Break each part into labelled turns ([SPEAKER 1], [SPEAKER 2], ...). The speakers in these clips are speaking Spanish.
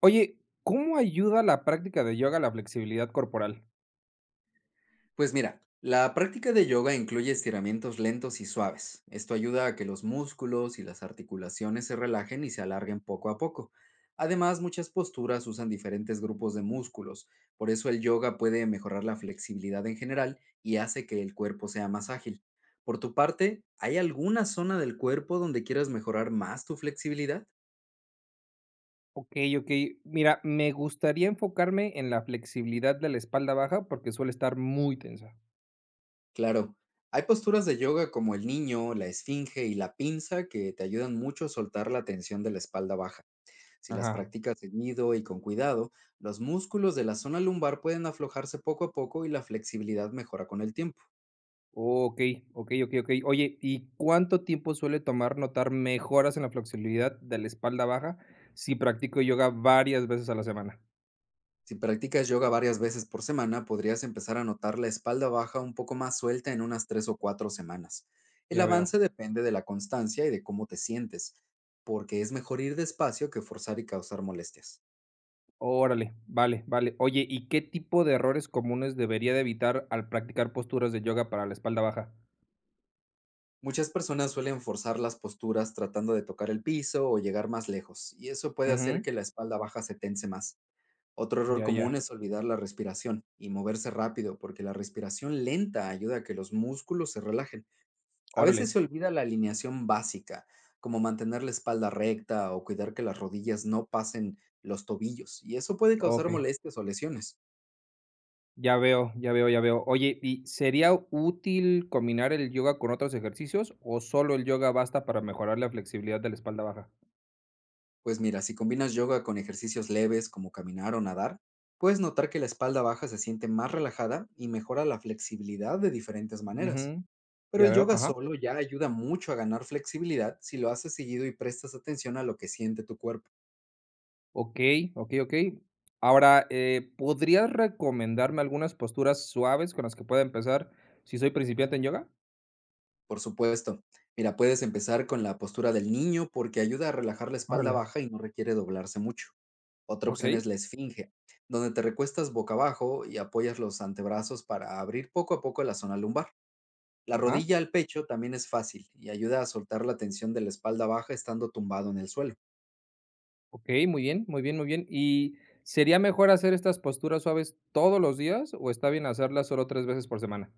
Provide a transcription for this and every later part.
[SPEAKER 1] Oye, ¿cómo ayuda la práctica de yoga a la flexibilidad corporal?
[SPEAKER 2] Pues mira, la práctica de yoga incluye estiramientos lentos y suaves. Esto ayuda a que los músculos y las articulaciones se relajen y se alarguen poco a poco. Además, muchas posturas usan diferentes grupos de músculos, por eso el yoga puede mejorar la flexibilidad en general y hace que el cuerpo sea más ágil. Por tu parte, ¿hay alguna zona del cuerpo donde quieras mejorar más tu flexibilidad?
[SPEAKER 1] Okey, okey. Mira, me gustaría enfocarme en la flexibilidad de la espalda baja porque suele estar muy tensa.
[SPEAKER 2] Claro, hay posturas de yoga como el niño, la esfinge y la pinza que te ayudan mucho a soltar la tensión de la espalda baja. Si las
[SPEAKER 1] Ajá.
[SPEAKER 2] practicas seguido y con cuidado, los músculos de la zona lumbar pueden aflojarse poco a poco y la flexibilidad mejora con el tiempo.
[SPEAKER 1] Okey, okey, okey, okey. Oye, ¿y cuánto tiempo suele tomar notar mejoras en la flexibilidad de la espalda baja si practico yoga varias veces a la semana?
[SPEAKER 2] Si practicas yoga varias veces por semana, podrías empezar a notar la espalda baja un poco más suelta en unas tres o cuatro semanas. El
[SPEAKER 1] Ya veo.
[SPEAKER 2] avance depende de la constancia y de cómo te sientes, porque es mejor ir despacio que forzar y causar molestias.
[SPEAKER 1] Órale, vale, vale. Oye, ¿y qué tipo de errores comunes debería de evitar al practicar posturas de yoga para la espalda baja?
[SPEAKER 2] Muchas personas suelen forzar las posturas tratando de tocar el piso o llegar más lejos, y eso puede
[SPEAKER 1] Ujú.
[SPEAKER 2] hacer que la espalda baja se tense más. Otro error
[SPEAKER 1] Ya, ya.
[SPEAKER 2] común es olvidar la respiración y moverse rápido, porque la respiración lenta ayuda a que los músculos se relajen. A
[SPEAKER 1] Órale.
[SPEAKER 2] veces se olvida la alineación básica, como mantener la espalda recta o cuidar que las rodillas no pasen los tobillos, y eso puede causar
[SPEAKER 1] Okey,
[SPEAKER 2] molestias o lesiones.
[SPEAKER 1] ya veo, ya veo, ya veo. Oye, ¿y sería útil combinar el yoga con otros ejercicios o solo el yoga basta para mejorar la flexibilidad de la espalda baja?
[SPEAKER 2] Pues mira, si combinas yoga con ejercicios leves como caminar o nadar, puedes notar que la espalda baja se siente más relajada y mejora la flexibilidad de diferentes maneras.
[SPEAKER 1] Ujú,
[SPEAKER 2] Pero
[SPEAKER 1] ya
[SPEAKER 2] el
[SPEAKER 1] veo,
[SPEAKER 2] yoga
[SPEAKER 1] ajá.
[SPEAKER 2] solo ya ayuda mucho a ganar flexibilidad si lo haces seguido y prestas atención a lo que siente tu cuerpo.
[SPEAKER 1] Okey, okey, okey. Ahora, ¿podrías recomendarme algunas posturas suaves con las que pueda empezar si soy principiante en yoga?
[SPEAKER 2] Por supuesto, mira, puedes empezar con la postura del niño porque ayuda a relajar la espalda
[SPEAKER 1] Órale,
[SPEAKER 2] baja y no requiere doblarse mucho. Otra opción es
[SPEAKER 1] okey,
[SPEAKER 2] la esfinge, donde te recuestas boca abajo y apoyas los antebrazos para abrir poco a poco la zona lumbar. La
[SPEAKER 1] ajá,
[SPEAKER 2] rodilla al pecho también es fácil y ayuda a soltar la tensión de la espalda baja estando tumbado en el suelo.
[SPEAKER 1] okey, muy bien, muy bien, muy bien. ¿Y sería mejor hacer estas posturas suaves todos los días o está bien hacerlas solo 3 veces por semana?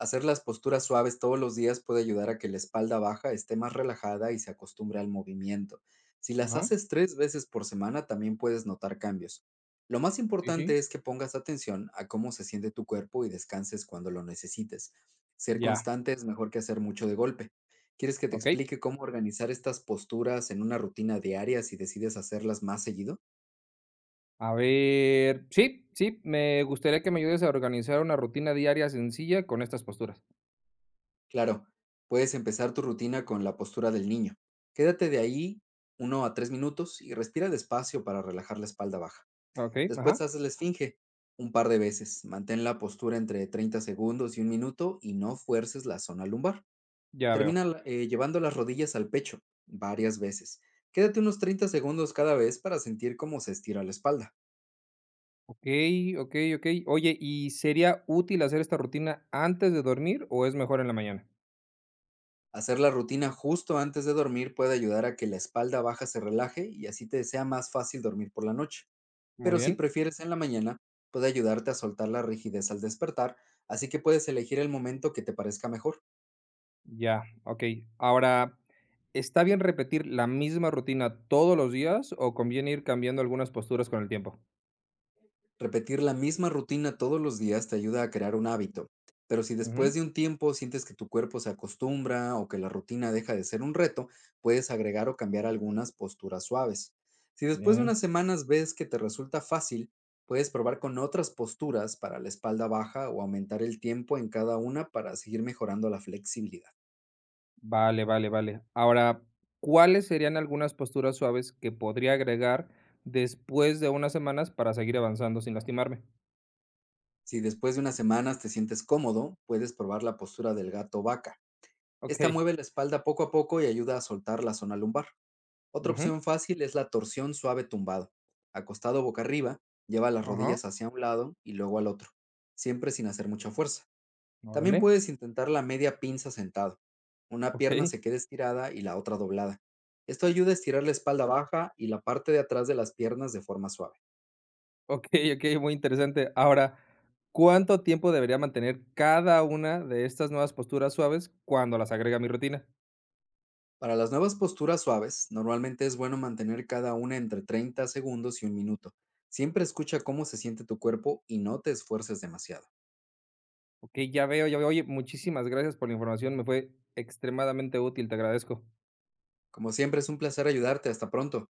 [SPEAKER 2] Hacer las posturas suaves todos los días puede ayudar a que la espalda baja esté más relajada y se acostumbre al movimiento. Si las
[SPEAKER 1] Ajá,
[SPEAKER 2] haces tres veces por semana, también puedes notar cambios. Lo más
[SPEAKER 1] sí, sí,
[SPEAKER 2] importante es que pongas atención a cómo se siente tu cuerpo y descanses cuando lo necesites. Ser
[SPEAKER 1] ya.
[SPEAKER 2] constante es mejor que hacer mucho de golpe. ¿Quieres que te
[SPEAKER 1] Okey.
[SPEAKER 2] explique cómo organizar estas posturas en una rutina diaria si decides hacerlas más seguido?
[SPEAKER 1] A ver, sí, sí, me gustaría que me ayudes a organizar una rutina diaria sencilla con estas posturas.
[SPEAKER 2] Claro, puedes empezar tu rutina con la postura del niño. Quédate de ahí uno a 3 minutos y respira despacio para relajar la espalda baja.
[SPEAKER 1] Okey,
[SPEAKER 2] Después
[SPEAKER 1] ajá,
[SPEAKER 2] haces la esfinge un par de veces. Mantén la postura entre 30 segundos y un minuto y no fuerces la zona lumbar.
[SPEAKER 1] ya veo.
[SPEAKER 2] Llevando las rodillas al pecho varias veces. Quédate unos 30 segundos cada vez para sentir cómo se estira la espalda.
[SPEAKER 1] Okey, okey, okey. Oye, ¿y sería útil hacer esta rutina antes de dormir o es mejor en la mañana?
[SPEAKER 2] Hacer la rutina justo antes de dormir puede ayudar a que la espalda baja se relaje y así te sea más fácil dormir por la noche.
[SPEAKER 1] Muy
[SPEAKER 2] Pero si
[SPEAKER 1] bien,
[SPEAKER 2] prefieres en la mañana, puede ayudarte a soltar la rigidez al despertar, así que puedes elegir el momento que te parezca mejor.
[SPEAKER 1] ya, okey. Ahora, ¿está bien repetir la misma rutina todos los días o conviene ir cambiando algunas posturas con el tiempo?
[SPEAKER 2] Repetir la misma rutina todos los días te ayuda a crear un hábito, pero si
[SPEAKER 1] Ujú,
[SPEAKER 2] después de un tiempo sientes que tu cuerpo se acostumbra o que la rutina deja de ser un reto, puedes agregar o cambiar algunas posturas suaves. Si después de
[SPEAKER 1] bien.
[SPEAKER 2] unas semanas ves que te resulta fácil, puedes probar con otras posturas para la espalda baja o aumentar el tiempo en cada una para seguir mejorando la flexibilidad.
[SPEAKER 1] Vale, vale, vale. Ahora, ¿cuáles serían algunas posturas suaves que podría agregar después de unas semanas para seguir avanzando sin lastimarme?
[SPEAKER 2] Si después de unas semanas te sientes cómodo, puedes probar la postura del gato vaca. Esta
[SPEAKER 1] Okey.
[SPEAKER 2] mueve la espalda poco a poco y ayuda a soltar la zona lumbar. Otra
[SPEAKER 1] Ujú.
[SPEAKER 2] opción fácil es la torsión suave tumbado. Acostado boca arriba, lleva las
[SPEAKER 1] Ajá.
[SPEAKER 2] rodillas hacia un lado y luego al otro, siempre sin hacer mucha fuerza.
[SPEAKER 1] Órale.
[SPEAKER 2] También puedes intentar la media pinza sentado. Una pierna
[SPEAKER 1] Okey.
[SPEAKER 2] se queda estirada y la otra doblada. Esto ayuda a estirar la espalda baja y la parte de atrás de las piernas de forma suave.
[SPEAKER 1] Okey, okey, muy interesante. Ahora, ¿cuánto tiempo debería mantener cada una de estas nuevas posturas suaves cuando las agrega a mi rutina?
[SPEAKER 2] Para las nuevas posturas suaves, normalmente es bueno mantener cada una entre 30 segundos y un minuto. Siempre escucha cómo se siente tu cuerpo y no te esfuerces demasiado.
[SPEAKER 1] Okey, ya veo, ya veo. Oye, muchísimas gracias por la información, me fue extremadamente útil, te agradezco.
[SPEAKER 2] Como siempre, es un placer ayudarte. Hasta pronto.